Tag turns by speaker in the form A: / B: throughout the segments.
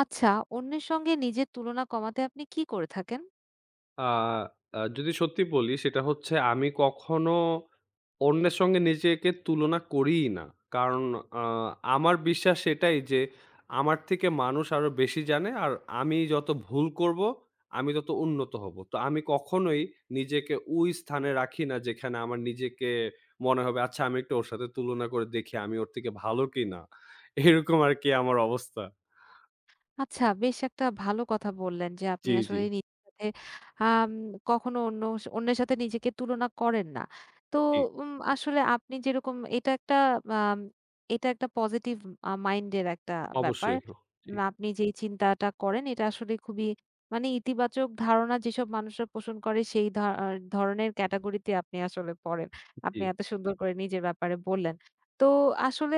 A: আচ্ছা, অন্যের সঙ্গে নিজের তুলনা কমাতে আপনি কি করে থাকেন?
B: আ আ যদি সত্যি বলি সেটা হচ্ছে আমি কখনো অন্যের সঙ্গে নিজেকে তুলনা করিই না। কারণ আ আমার বিশ্বাস এটাই যে আমার থেকে মানুষ আরো বেশি জানে। আর আমি যত ভুল করব, আমি তত উন্নত হব। তো আমি কখনোই নিজেকে ওই স্থানে রাখি না যেখানে আমার নিজেকে মনে হবে আচ্ছা আমি একটু ওর সাথে তুলনা করে দেখি আমি ওর থেকে ভালো কিনা। এরকম আরকি আমার অবস্থা।
A: আচ্ছা, বেশ একটা ভালো কথা বললেন যে আপনি
B: জি, জি,
A: আসলে নিজের সাথে আম কখনো অন্যের সাথে নিজেকে তুলনা করেন না। তো
B: জি।
A: আসলে আপনি যেরকম এটা একটা আম এটা একটা পজিটিভ মাইন্ডের একটা ব্যাপার।
B: অবশ্যই। জি,
A: আপনি যেই চিন্তাটা করেন এটা আসলে খুবই মানে ইতিবাচক ধারণা যেসব মানুষরা পোষণ করে সেই ধা আ ধরনের ক্যাটেগরিতে আপনি আসলে পড়েন।
B: জি।
A: আপনি এত সুন্দর করে নিজের ব্যাপারে বললেন। তো আসলে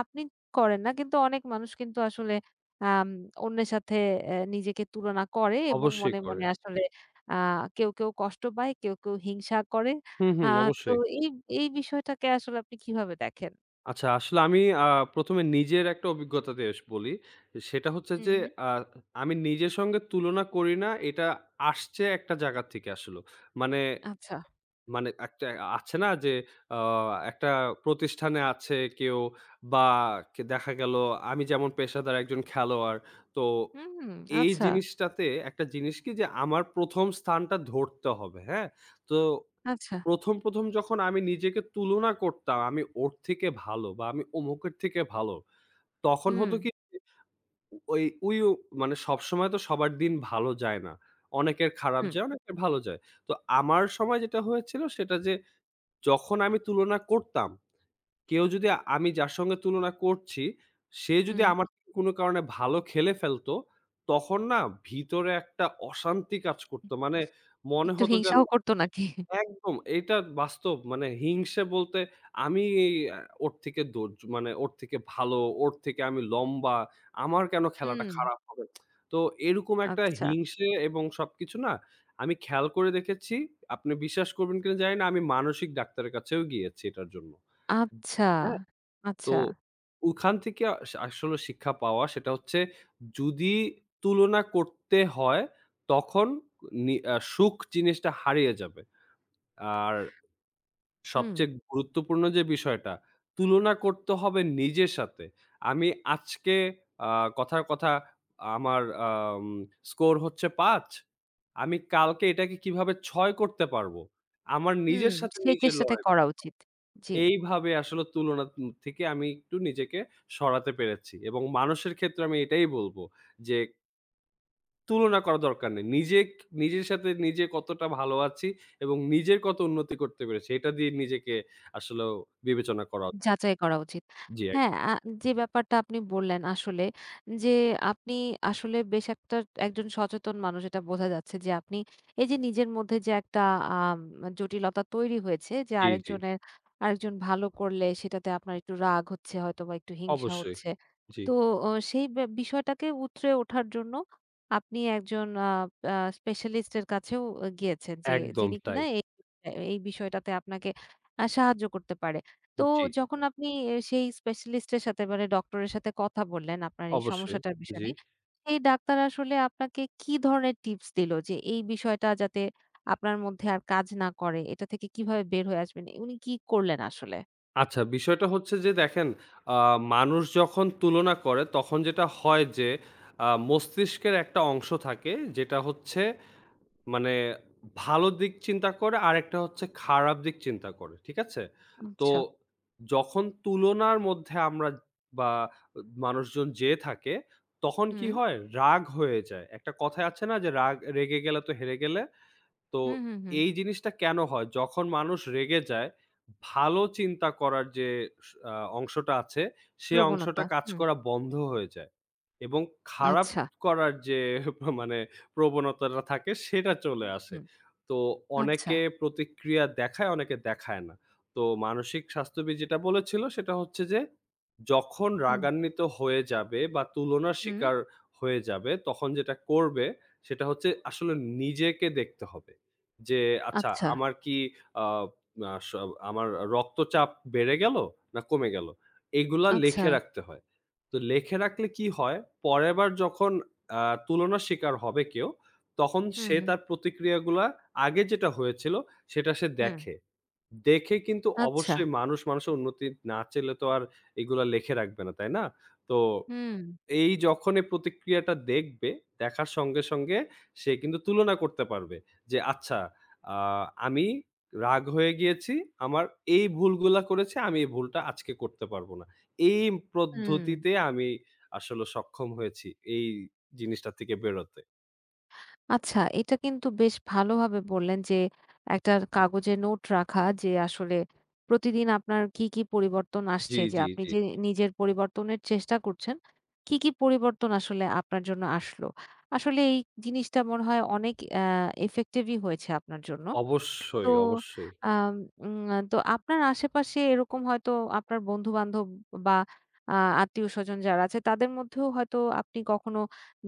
A: আপনি করেন না কিন্তু অনেক মানুষ কিন্তু আসলে আম অন্যের সাথে নিজেকে তুলনা করে এবং
B: অবশ্যই
A: মনে,
B: করে।
A: মনে আসলে আ কেউ, কেউ কষ্ট পায়, কেউ, কেউ হিংসা করে।
B: হুম,
A: আ
B: হুম,
A: তো
B: অবশ্যই।
A: এই, এই বিষয়টাকে আসলে আপনি কিভাবে দেখেন?
B: আচ্ছা আসলে আমি আ ১ম এ নিজের একটা অভিজ্ঞতা দিয়ে বলি। সেটা হচ্ছে যে
A: হুম।
B: আ আমি নিজের সঙ্গে তুলনা করি না। এটা আসছে একটা জায়গা থেকে আসলে। মানে
A: আচ্ছা।
B: মানে একটা আছে না যে আ একটা প্রতিষ্ঠানে আছে কেউ বা কে দেখা গেল আমি যেমন পেশাদার একজন খেলোয়াড়। তো
A: হুম, হুম,
B: এই
A: আচ্ছা,
B: জিনিসটাতে একটা জিনিস কি যে আমার ১ম স্থানটা ধরতে হবে। হ্যাঁ? তো
A: আচ্ছা।
B: ১ম যখন আমি নিজেকে তুলনা করতাম, আমি ওর থেকে ভালো বা আমি অমুকের থেকে ভালো। তখন
A: হুম,
B: হতো কি ওই ওই ও মানে সবসময় তো সবার দিন ভালো যায় না। অনেকের খারাপ
A: হুম,
B: যায়, অনেকের ভালো যায়। তো আমার সময় যেটা হয়েছিল সেটা যে যখন আমি তুলনা করতাম, কেউ যদি আমি যার সঙ্গে তুলনা করছি, সে যদি
A: হুম।
B: আমার থেকে কোনো কারণে ভালো খেলে ফেলতো, তখন না ভিতরে একটা অশান্তি কাজ করতো। মানে মনে
A: একটু
B: হতো যেন
A: হিংসাও করতো নাকি?
B: একদম এইটা বাস্তব। মানে হিংসে বলতে আমি আ ওর থেকে দোর মানে ওর থেকে ভালো, ওর থেকে আমি লম্বা, আমার কেন খেলাটা
A: হুম,
B: খারাপ হবে? তো এরকম একটা
A: আচ্ছা,
B: হিংসে এবং সবকিছু না আমি খেয়াল করে দেখেছি। আপনি বিশ্বাস করবেন কিনা জানি না, আমি মানসিক ডাক্তারের কাছেও গিয়েছি এটার জন্য।
A: আচ্ছা,
B: হ্যাঁ? তো
A: আচ্ছা।
B: ওখান থেকে আসলে শিক্ষা পাওয়া সেটা হচ্ছে যদি তুলনা করতে হয় তখন নি আ সুখ জিনিসটা হারিয়ে যাবে। আর
A: হুম,
B: সবচেয়ে গুরুত্বপূর্ণ যে বিষয়টা, তুলনা করতে হবে নিজের সাথে। আমি আজকে আ কথার কথা আমার স্কোর হচ্ছে ৫। আমি কালকে এটাকে কিভাবে ৬ করতে পারবো? আমার
A: হুম।
B: নিজের সাথে
A: সেই
B: নিজের
A: চেষ্টাটাই
B: লড়াই করা।
A: করা উচিত। জি।
B: এইভাবে আসলে তুলনা থেকে আমি একটু নিজেকে সরাতে পেরেছি এবং মানুষের ক্ষেত্রে আমি এটাই বলব যে তুলনা করা দরকার নেই। নিজে নিজের সাথে নিজে কতটা ভালো আছি এবং নিজের কত উন্নতি করতে পেরেছি এটা দিয়ে নিজেকে আসলেও বিবেচনা করা।
A: যাচাই করা উচিত।
B: জি, এক।
A: হ্যাঁ, যে ব্যাপারটা আপনি বললেন আসলে যে আপনি আসলে বেশ একজন সচেতন মানুষ এটা বোঝা যাচ্ছে যে আপনি এই যে নিজের মধ্যে যে একটা আম জটিলতা তৈরি হয়েছে যে
B: জি, জি।
A: আরেকজন ভালো করলে সেটাতে আপনার একটু রাগ হচ্ছে হয়তোবা একটু হিংসা
B: অবশ্যই।
A: হচ্ছে।
B: জি,
A: তো সেই বিষয়টাকে উতরে ওঠার জন্য আপনি একজন আ আ স্পেশালিস্ট এর কাছেও গিয়েছেন যে
B: একদম
A: যিনি
B: তাই।
A: কিনা এই এই বিষয়টাতে আপনাকে সাহায্য করতে পারে। তো
B: জি,
A: যখন আপনি সেই স্পেশালিস্ট এর সাথে মানে ডক্টরের সাথে কথা বললেন আপনার এই
B: অবশ্যই।
A: সমস্যাটার বিষয়
B: জি।
A: নিয়ে, সেই ডাক্তার আসলে আপনাকে কি ধরনের টিপস দিল যে এই বিষয়টা যাতে আপনার মধ্যে আর কাজ না করে, এটা থেকে কিভাবে বের হয়ে আসবেন? উনি কি করলেন আসলে?
B: আচ্ছা বিষয়টা হচ্ছে যে দেখেন, আ মানুষ যখন তুলনা করে তখন যেটা হয় যে মস্তিষ্কের একটা অংশ থাকে যেটা হচ্ছে মানে ভালো দিক চিন্তা করে, আরেকটা হচ্ছে খারাপ দিক চিন্তা করে। ঠিক আছে? তো
A: আচ্ছা।
B: যখন তুলনার মধ্যে আমরা বা মানুষজন যেয়ে থাকে, তখন কি
A: হুম।
B: হয়? রাগ হয়ে যায়। একটা কথায় আছে না যে, "রাগ রেগে গেলে তো হেরে গেলে।" তো
A: হুম, হুম, হুম।
B: এই জিনিসটা কেন হয়? যখন মানুষ রেগে যায়, ভালো চিন্তা করার যে স আ অংশটা আছে, সে অংশটা
A: প্রবণতা।
B: কাজ
A: হুম।
B: করা বন্ধ হয়ে যায় এবং খারাপ
A: আচ্ছা।
B: করার যে মানে প্রবণতাটা থাকে, সেটা চলে আসে।
A: হুম।
B: তো
A: আচ্ছা।
B: অনেকে প্রতিক্রিয়া দেখায়, অনেকে দেখায় না। তো মানসিক স্বাস্থ্যবিদ যেটা বলেছিল, সেটা হচ্ছে যে, যখন
A: হুম।
B: রাগান্বিত হয়ে যাবে বা তুলনার
A: হুম।
B: শিকার হয়ে যাবে, তখন যেটা করবে, সেটা হচ্ছে আসলে নিজেকে দেখতে হবে। যে আচ্ছা
A: আচ্ছা,
B: আমার কি আ আ স আমার রক্তচাপ বেড়ে গেল না কমে গেল? এগুলা
A: আচ্ছা।
B: লিখে রাখতে হয়। তো লিখে রাখলে কি হয়? পরের বার যখন আ তুলনার শিকার হবে কেউ, তখন
A: হুম,
B: সে
A: হুম,
B: তার প্রতিক্রিয়াগুলা আগে যেটা হয়েছিল সেটা সে
A: হুম।
B: দেখে। দেখে কিন্তু
A: আচ্ছা।
B: অবশ্যই মানুষ মানুষের উন্নতি না চাইলে তো আর এগুলা লিখে রাখবে না, তাই না? তো
A: হুম,
B: এই যখন এই প্রতিক্রিয়াটা দেখবে, দেখার সঙ্গে, সঙ্গে সে কিন্তু তুলনা করতে পারবে যে, "আচ্ছা, আ আমি রাগ হয়ে গিয়েছি। আমার এই ভুলগুলা করেছি। আমি এই ভুলটা আজকে করতে পারব না।" এই
A: হুম।
B: পদ্ধতিতে আমি আসলে সক্ষম হয়েছি এই জিনিসটা থেকে বেরোতে।
A: আচ্ছা, এটা কিন্তু বেশ ভালোভাবে বললেন যে, একটা কাগজে নোট রাখা যে আসলে প্রতিদিন আপনার কি, কি পরিবর্তন
B: জি,
A: আসছে? যে
B: জি,
A: আপনি
B: জি।
A: যে নিজের পরিবর্তনের চেষ্টা করছেন, কি, কি পরিবর্তন আসলে আপনার জন্য আসলো? আসলে এই জিনিসটা মনে হয় অনেক effective ই হয়েছে আপনার জন্য।
B: অবশ্যই,
A: তো
B: অবশ্যই,
A: আম উম তো আপনার আশেপাশে এরকম হয়তো আপনার বন্ধু-বান্ধব বা আ আত্মীয়স্বজন যারা আছে তাদের মধ্যেও হয়তো আপনি কখনো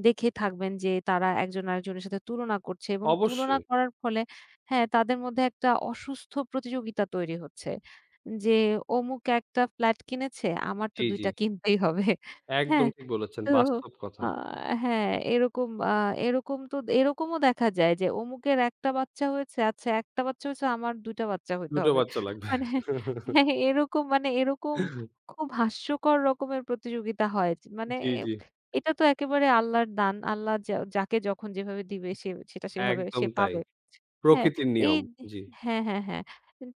A: দেখে থাকবেন যে তারা একজন আরেকজনের সাথে তুলনা করছে এবং তুলনা
B: অবশ্যই।
A: করার ফলে হ্যাঁ, তাদের মধ্যে একটা অসুস্থ প্রতিযোগিতা তৈরি হচ্ছে। যে অমুক একটা ফ্ল্যাট কিনেছে, আমার তো
B: জি,
A: ২টা
B: জি।
A: টা কিনতেই হবে।
B: একদম
A: হ্যাঁ?
B: ঠিক বলেছেন।
A: তো
B: বাস্তব কথা।
A: আ হ্যাঁ, এরকম আ এরকম তো এরকমও দেখা যায় যে অমুকের একটা বাচ্চা হয়েছে, আচ্ছা একটা বাচ্চা হয়েছে আমার ২টা টা বাচ্চা হইতে
B: দুটো
A: হবে।
B: বাচ্চা লাগবে।
A: মানে হ্যাঁ, এরকম খুব হাস্যকর রকমের প্রতিযোগিতা হয়। মানে
B: জি, জি।
A: এটা তো একেবারে আল্লাহর দান। আল্লাহ যা যাকে যখন যেভাবে দিবে সে সেটা সেভাবে
B: একদম
A: সে
B: তাই।
A: পাবে। হ্যাঁ,
B: প্রকৃতির
A: এই
B: নিয়ম। জি।
A: হ্যাঁ, হ্যাঁ, হ্যাঁ।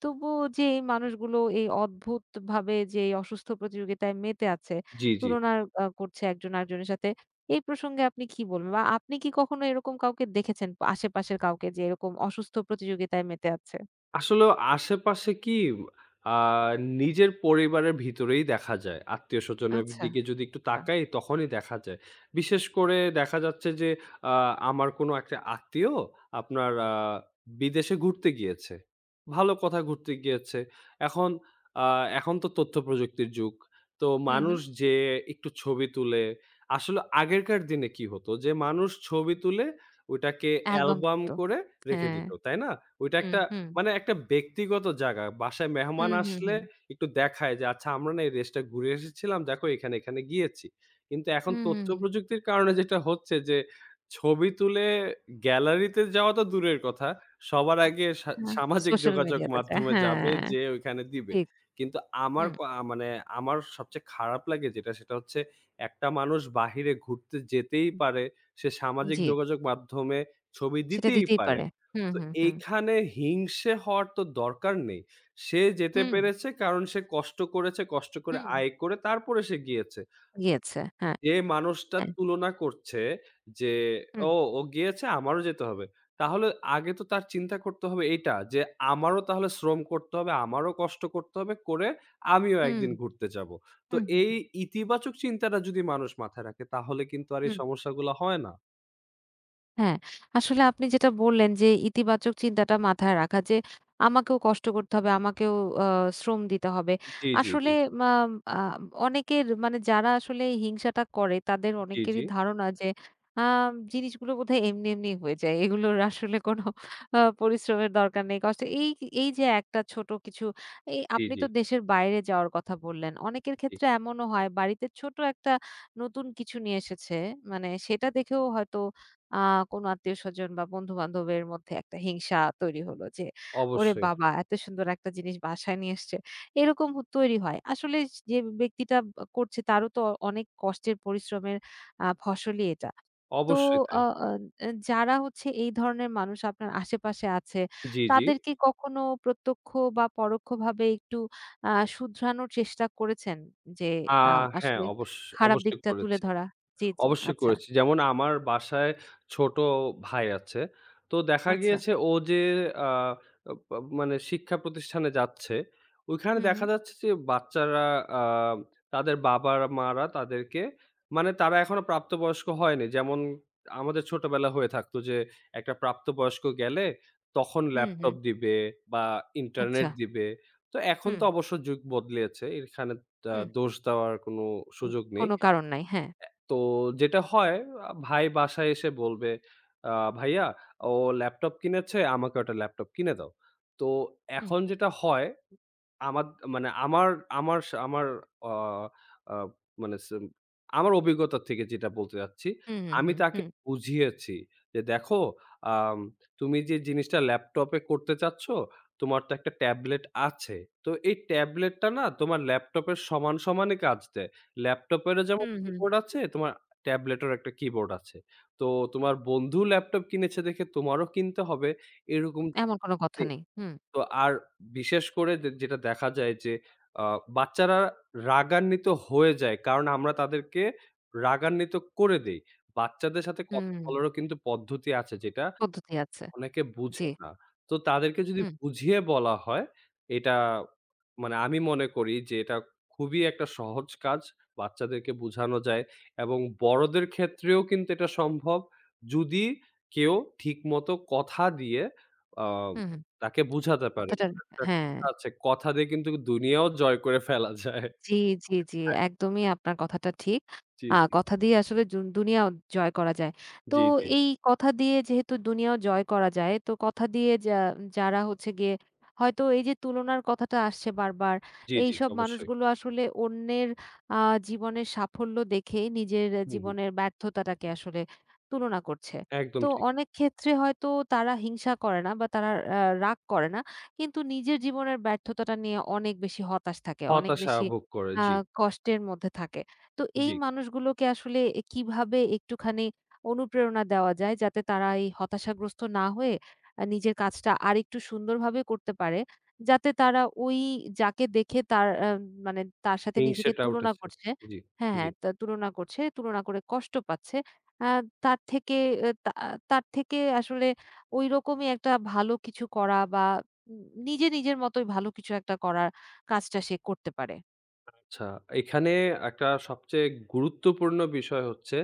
A: তবুও যে এই মানুষগুলো এই অদ্ভুতভাবে যে এই অসুস্থ প্রতিযোগিতায় মেতে আছে
B: জি, জি।
A: তুলনা করছে একজন আরেকজনের সাথে। এই প্রসঙ্গে আপনি কি বলবেন? বা আপনি কি কখনো এরকম কাউকে দেখেছেন আশেপাশের কাউকে যে এরকম অসুস্থ প্রতিযোগিতায় মেতে আছে?
B: আসলেও আশেপাশে কি আ নিজের পরিবারের ভিতরেই দেখা যায়। আত্মীয়স্বজনের
A: আচ্ছা,
B: দিকে যদি একটু
A: আচ্ছা।
B: তাকাই তখনই দেখা যায়। বিশেষ করে দেখা যাচ্ছে যে আ আমার কোনো একটা আত্মীয়, আপনার আ বিদেশে ঘুরতে গিয়েছে। ভালো কথা ঘুরতে গিয়েছে। এখন আ এখন তো তথ্য প্রযুক্তির যুগ। তো
A: হুম,
B: মানুষ
A: হুম।
B: যেয়ে একটু ছবি তুলে আসলে আগেরকার দিনে কি হতো যে মানুষ ছবি তুলে ওইটাকে
A: অ্যালবাম
B: অ্যালবাম
A: করত।
B: করে রেখে
A: হ্যাঁ।
B: দিত। তাই না? ওইটা
A: হুম,
B: একটা
A: হুম।
B: মানে একটা ব্যক্তিগত জায়গা। বাসায় মেহমান
A: হুম, হুম,
B: আসলে
A: হুম।
B: একটু দেখায় যে, "আচ্ছা আমরা না এই দেশটা ঘুরে এসেছিলাম। দেখো এখানে, এখানে গিয়েছি।" কিন্তু এখন
A: হুম, হুম,
B: তথ্য
A: হুম।
B: প্রযুক্তির কারণে যেটা হচ্ছে যে, ছবি তুলে গ্যালারিতে যাওয়া তো দূরের কথা। সবার আগে
A: হ্যাঁ,
B: সামাজিক
A: সোশ্যাল
B: যোগাযোগ
A: মিডিয়াতে যায়।
B: মাধ্যমে যাবে,
A: হ্যাঁ,
B: যেয়ে ওইখানে দিবে।
A: ঠিক।
B: কিন্তু আমার
A: হুম,
B: ক আ মানে আমার সবচেয়ে খারাপ লাগে যেটা, সেটা হচ্ছে একটা মানুষ বাহিরে ঘুরতে যেতেই
A: হুম।
B: পারে। সে সামাজিক
A: জি,
B: যোগাযোগ মাধ্যমে ছবি
A: সেটা
B: দিতেই
A: দিতেই
B: পারে।
A: পারে। হুম,
B: তো
A: হুম, হুম।
B: এইখানে হিংসে হওয়ার তো দরকার নেই। সে যেতে
A: হুম,
B: পেরেছে কারণ সে কষ্ট করেছে, কষ্ট করে
A: হুম।
B: আয় করে তারপরে সে গিয়েছে।
A: গিয়েছে। হ্যাঁ,
B: যে মানুষটা
A: হ্যাঁ।
B: তুলনা করছে যে,
A: হুম,
B: "ও, ও গিয়েছে আমারও যেতে হবে।" তাহলে আগে তো তার চিন্তা করতে হবে এইটা যে, "আমারও তাহলে শ্রম করতে হবে, আমারও কষ্ট করতে হবে, করে আমিও
A: হুম,
B: একদিন ঘুরতে যাবো।" তো
A: হুম, হুম,
B: এই
A: হুম।
B: ইতিবাচক চিন্তাটা যদি মানুষ মাথায় রাখে তাহলে কিন্তু আর এই
A: হুম।
B: সমস্যাগুলা হয় না।
A: হ্যাঁ, আসলে আপনি যেটা বললেন যে ইতিবাচক চিন্তাটা মাথায় রাখা যে আমাকেও কষ্ট করতে হবে, আমাকেও আ শ্রম দিতে হবে।
B: জি, জি, জি।
A: আসলে মাম আ অনেকের মানে যারা আসলে এই হিংসাটা করে তাদের
B: জি, জি।
A: অনেকেরই ধারণা যে আ জিনিসগুলো বোধহয় এমনি, এমনি হয়ে যায়। এগুলোর আসলে কোনো পরিশ্রমের দরকার নেই, কষ্ট এই এই যে একটা ছোট কিছু এই
B: জি,
A: আপনি
B: জি।
A: তো দেশের বাইরে যাওয়ার কথা বললেন। অনেকের
B: জি।
A: ক্ষেত্রে এমনও হয় বাড়িতে ছোট একটা নতুন কিছু নিয়ে এসেছে। মানে সেটা দেখেও হয়তো আ কোনো আত্মীয়স্বজন বা বন্ধু-বান্ধবের মধ্যে একটা হিংসা তৈরি হলো যে, "ওরে
B: অবশ্যই।
A: বাবা! এত সুন্দর একটা জিনিস বাসায় নিয়ে আসছে।" এরকম হ তৈরি হয়। আসলে যে ব্যক্তিটা করছে তারও তো অনেক কষ্টের পরিশ্রমের ফসলই এটা। তো
B: অবশ্যই তাই।
A: আ আ আ যারা হচ্ছে এই ধরনের মানুষ আপনার আশেপাশে আছে,
B: জি, জি।
A: তাদেরকে কখনো প্রত্যক্ষ বা পরোক্ষভাবে একটু আ শুধরানোর চেষ্টা করেছেন? যে
B: আ
A: আ
B: হ্যাঁ,
A: আসলে খারাপ
B: অবশ্যই
A: দিকটা তুলে
B: করেছি।
A: ধরা? জি, জি।
B: অবশ্যই
A: আচ্ছা,
B: করেছি। যেমন আমার বাসায় ছোট ভাই আছে। তো দেখা
A: আচ্ছা।
B: গিয়েছে ও যে আ আব আব মানে শিক্ষা প্রতিষ্ঠানে যাচ্ছে, ওইখানে
A: হুম,
B: দেখা
A: হুম।
B: যাচ্ছে যে বাচ্চারা আ তাদের বাবা-মারা তাদেরকে মানে তারা এখনো প্রাপ্তবয়স্ক হয়নি। যেমন আমাদের ছোটবেলা হয়ে থাকতো যে একটা প্রাপ্তবয়স্ক গেলে তখন
A: হুম, হুম।
B: ল্যাপটপ দিবে বা
A: আচ্ছা।
B: ইন্টারনেট দিবে। তো এখন
A: হুম,
B: তো অবশ্য যুগ বদলিয়েছে। এখানে
A: হুম।
B: দোষ দেওয়ার কোনো
A: উম
B: সুযোগ নেই।
A: কোনো কারণ নাই। হ্যাঁ।
B: তো যেটা হয় ভাই বাসায় এসে বলবে, আ "ভাইয়া, ও ল্যাপটপ কিনেছে, আমাকে একটা ল্যাপটপ কিনে দাও।" তো
A: হুম,
B: এখন যেটা হয় আমাদ মানে আমার আমার স আমার আ আ মানে সেম আমার অভিজ্ঞতা থেকে যেটা বলতে চাচ্ছি,
A: হুম, হুম,
B: আমি
A: হুম,
B: তাকে
A: হুম,
B: বুঝিয়েছি যে, "দেখো, আম তুমি যে জিনিসটা ল্যাপটপে করতে চাচ্ছ, তোমার তো একটা ট্যাবলেট আছে। তো এই ট্যাবলেটটা না তোমার ল্যাপটপের সমান, সমানই কাজ দেয়। ল্যাপটপেরও যেমন
A: হুম, হুম।
B: কিবোর্ড আছে, তোমার ট্যাবলেটেরও একটা কিবোর্ড আছে। তো তোমার বন্ধু ল্যাপটপ কিনেছে দেখে তোমারও কিনতে হবে, এরকম
A: এমন কোনো কথা নেই। হুম,
B: তো আর বিশেষ করে যে যেটা দেখা যায় যে আ বাচ্চারা রাগান্বিত হয়ে যায়। কারণ আমরা তাদেরকে রাগান্বিত করে দেই। বাচ্চাদের সাথে কথা
A: হুম।
B: বলারও কিন্তু পদ্ধতি আছে যেটা
A: পদ্ধতি আছে।
B: অনেকে বুঝে
A: জি।
B: না। তো তাদেরকে যদি
A: হুম,
B: বুঝিয়ে বলা হয় এটা মানে আমি মনে করি যে এটা খুবই একটা সহজ কাজ। বাচ্চাদেরকে বুঝানো যায় এবং বড়দের ক্ষেত্রেও কিন্তু এটা সম্ভব। যদি কেউ ঠিকমতো কথা দিয়ে আ
A: হুম, হুম।
B: তাকে বুঝাতে পারে।
A: কথাটা
B: একটা
A: হ্যাঁ।
B: কথা আছে, কথা দিয়ে কিন্তু দুনিয়াও জয় করে ফেলা যায়।
A: জি, জি, জি। একদমই আপনার কথাটা ঠিক।
B: জি,
A: কথা দিয়ে আসলে দুনিয়াও জয় করা যায়। তো
B: জি, জি,
A: এই কথা দিয়ে যেহেতু দুনিয়াও জয় করা যায়, তো কথা দিয়ে যারা হচ্ছে গিয়ে হয়তো এই যে তুলনার কথাটা আসছে বারবার,
B: জি, জি, জি
A: এইসব
B: অবশ্যই।
A: মানুষগুলো আসলে অন্যের আ জীবনের সাফল্য দেখে নিজের
B: হুম, হুম,
A: জীবনের ব্যর্থতাটাকে আসলে তুলনা করছে।
B: একদম
A: তো
B: ঠিক।
A: অনেক ক্ষেত্রে হয়তো তারা হিংসা করে না বা তারা আ রাগ করে না। কিন্তু নিজের জীবনের ব্যর্থতাটা নিয়ে অনেক বেশি হতাশ থাকে, অনেক
B: হতাশা
A: বেশি
B: ভোগ করে।
A: আ
B: জি,
A: কষ্টের মধ্যে থাকে। তো এই
B: জি।
A: মানুষগুলোকে আসলে কিভাবে একটুখানি অনুপ্রেরণা দেওয়া যায় যাতে তারা এই হতাশাগ্রস্ত না হয়ে নিজের কাজটা আরেকটু সুন্দরভাবে করতে পারে। যাতে তারা ওই যাকে দেখে তার মানে তার সাথে নিজেকে
B: হিংসেটা
A: তুলনা
B: উঠেছে।
A: করছে
B: জি,
A: হ্যাঁ,
B: জি।
A: হ্যাঁ, তুলনা করছে, তুলনা করে কষ্ট পাচ্ছে। আ তার থেকে এ তা তার থেকে আসলে ঐরকমই একটা ভালো কিছু করা বা নিজে নিজের মতোই ভালো কিছু একটা করার কাজটা সে করতে পারে।
B: আচ্ছা, এখানে একটা সবচেয়ে গুরুত্বপূর্ণ বিষয় হচ্ছে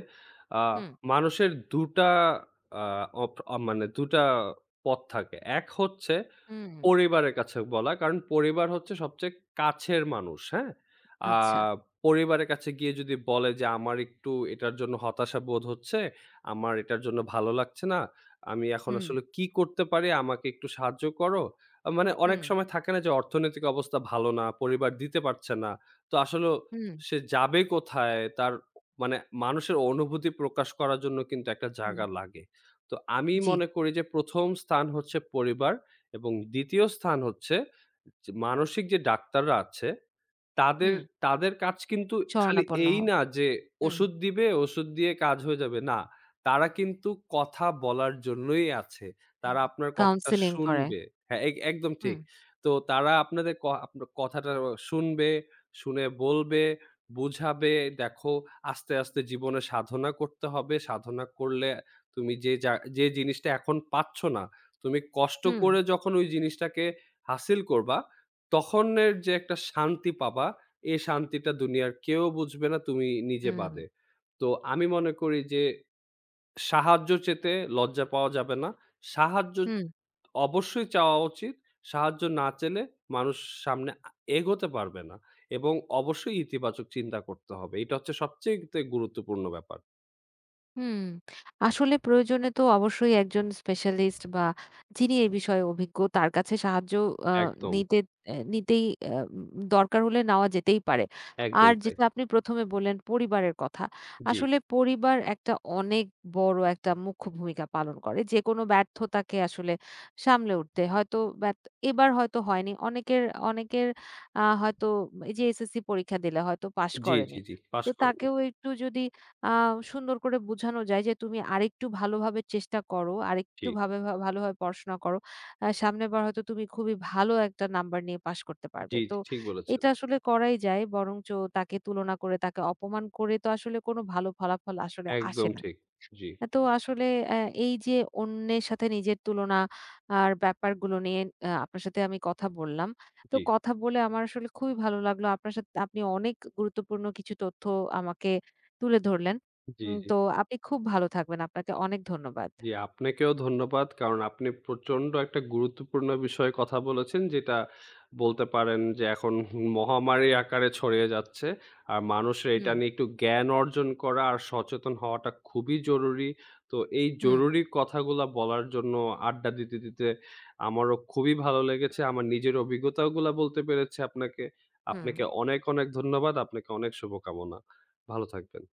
B: আ
A: হুম।
B: মানুষের ২ টা আ অপ আ মানে ২ টা পথ থাকে। এক হচ্ছে
A: হুম,
B: পরিবারের কাছে বলা। কারণ পরিবার হচ্ছে সবচেয়ে কাছের মানুষ, হ্যাঁ? আ
A: আচ্ছা।
B: পরিবারের কাছে গিয়ে যদি বলে যে, "আমার একটু এটার জন্য হতাশা বোধ হচ্ছে, আমার এটার জন্য ভালো লাগছে না। আমি এখন
A: হুম,
B: আসলে কি করতে পারি? আমাকে একটু সাহায্য করো।" মানে অনেক
A: হুম,
B: সময় থাকে না যে অর্থনৈতিক অবস্থা ভালো না, পরিবার দিতে পারছে না। তো আসলেও
A: হুম,
B: সে যাবে কোথায়? তার মানে মানুষের অনুভূতি প্রকাশ করার জন্য কিন্তু একটা
A: হুম,
B: জায়গা লাগে। তো আমি
A: জি,
B: মনে করি যে ১ম স্থান হচ্ছে পরিবার। এবং ২য় স্থান হচ্ছে যে মানসিক যে ডাক্তাররা আছে, তাদের
A: হুম,
B: তাদের কাজ কিন্তু খালি
A: শরণাপন্ন
B: এই
A: হ
B: না যে
A: হুম,
B: ওষুধ দিবে, ওষুধ দিয়ে কাজ হয়ে যাবে। না, তারা কিন্তু কথা বলার জন্যই আছে।
A: হুম,
B: তারা আপনার কথাটা
A: কাউন্সেলিং করে।
B: শুনবে। হ্যাঁ, এক একদম ঠিক।
A: হুম,
B: তো তারা আপনাদের ক আপনার কথাটা শুনবে, শুনে বলবে, বুঝাবে, "দেখো আস্তে, আস্তে জীবনে সাধনা করতে হবে। সাধনা করলে তুমি যে যা যে জিনিসটা এখন পাচ্ছ না তুমি কষ্ট
A: হুম,
B: করে যখন ওই জিনিসটাকে হাসিল করবা, তখনের যে একটা শান্তি পাবা, এই শান্তিটা দুনিয়ার কেউ বুঝবে না তুমি নিজে
A: হুম,
B: বাদে। তো আমি মনে করি যে সাহায্য চেতে লজ্জা পাওয়া যাবে না। সাহায্য
A: হুম।
B: অবশ্যই চাওয়া উচিত। সাহায্য না চেলে মানুষ সামনে এগোতে পারবে না এবং অবশ্যই ইতিবাচক চিন্তা করতে হবে। এটা হচ্ছে সবচাইতে গুরুত্বপূর্ণ ব্যাপার।
A: হুম, আসলে প্রয়োজনে তো অবশ্যই একজন স্পেশালিস্ট বা যিনি এই বিষয়ে অভিজ্ঞ তার কাছে সাহায্য আ
B: একদম,
A: নিতে এ নিতেই আ দরকার হলে নেওয়া যেতেই পারে।
B: একদম
A: আর
B: তাই।
A: যেটা আপনি ১ম এ বললেন পরিবারের কথা।
B: জি,
A: আসলে পরিবার একটা অনেক বড় একটা মুখ্য ভূমিকা পালন করে। যেকোনো ব্যর্থতাকে আসলে সামলে উঠতে হয়তো ব্যর্থ এবার হয়তো হয়নি। অনেকের অনেকের হয়তো এই যে SSC পরীক্ষা দিলে হয়তো পাস
B: জি, জি,
A: করেনি।
B: জি। পাস
A: তো
B: করেনি।
A: তাকেও একটু যদি আ সুন্দর করে বুঝানো যায় যে, "তুমি আরেকটু ভালোভাবে চেষ্টা করো,
B: জি,
A: আরেকটু ভাবে ভা ভালোভাবে পড়াশোনা করো। সামনের বার হয়তো তুমি খুবই ভালো একটা নাম্বার নিয়ে পাশ করতে পারবে।"
B: জি,
A: তো
B: জি, ঠিক বলেছেন।
A: এটা আসলে করাই যায়। বরঞ্চ তাকে তুলনা করে, তাকে অপমান করে তো আসলে কোনো ভালো ফলাফল আসলে
B: একদম
A: আসে না।
B: ঠিক। জি,
A: তো আসলে অ্যা এই যে অন্যের সাথে নিজের তুলনা আর ব্যাপারগুলো নিয়ে আপনার সাথে আমি কথা বললাম। তো
B: জি,
A: কথা বলে আমার আসলে খুবই ভালো লাগলো। আপনার সাথে আপনি অনেক গুরুত্বপূর্ণ কিছু তথ্য আমাকে তুলে ধরলেন।
B: জি, জি,
A: তো আপনি খুব ভালো থাকবেন। আপনাকে অনেক ধন্যবাদ।
B: জি। আপনাকেও ধন্যবাদ। কারণ আপনি প্রচন্ড একটা গুরুত্বপূর্ণ বিষয়ে কথা বলেছেন যেটা বলতে পারেন যে এখন মহামারীর আকারে ছড়িয়ে যাচ্ছে। আর মানুষের এটা
A: হুম,
B: নিয়ে একটু জ্ঞান অর্জন করা আর সচেতন হওয়াটা খুবই জরুরি। তো এই
A: হুম,
B: জরুরি কথাগুলা বলার জন্য আড্ডা দিতে, দিতে আমারও খুবই ভালো লেগেছে। আমার নিজের অভিজ্ঞতাগুলা বলতে পেরেছি আপনাকে।
A: হুম।
B: আপনাকে অনেক, অনেক ধন্যবাদ। আপনাকে অনেক শুভকামনা। ভালো থাকবেন।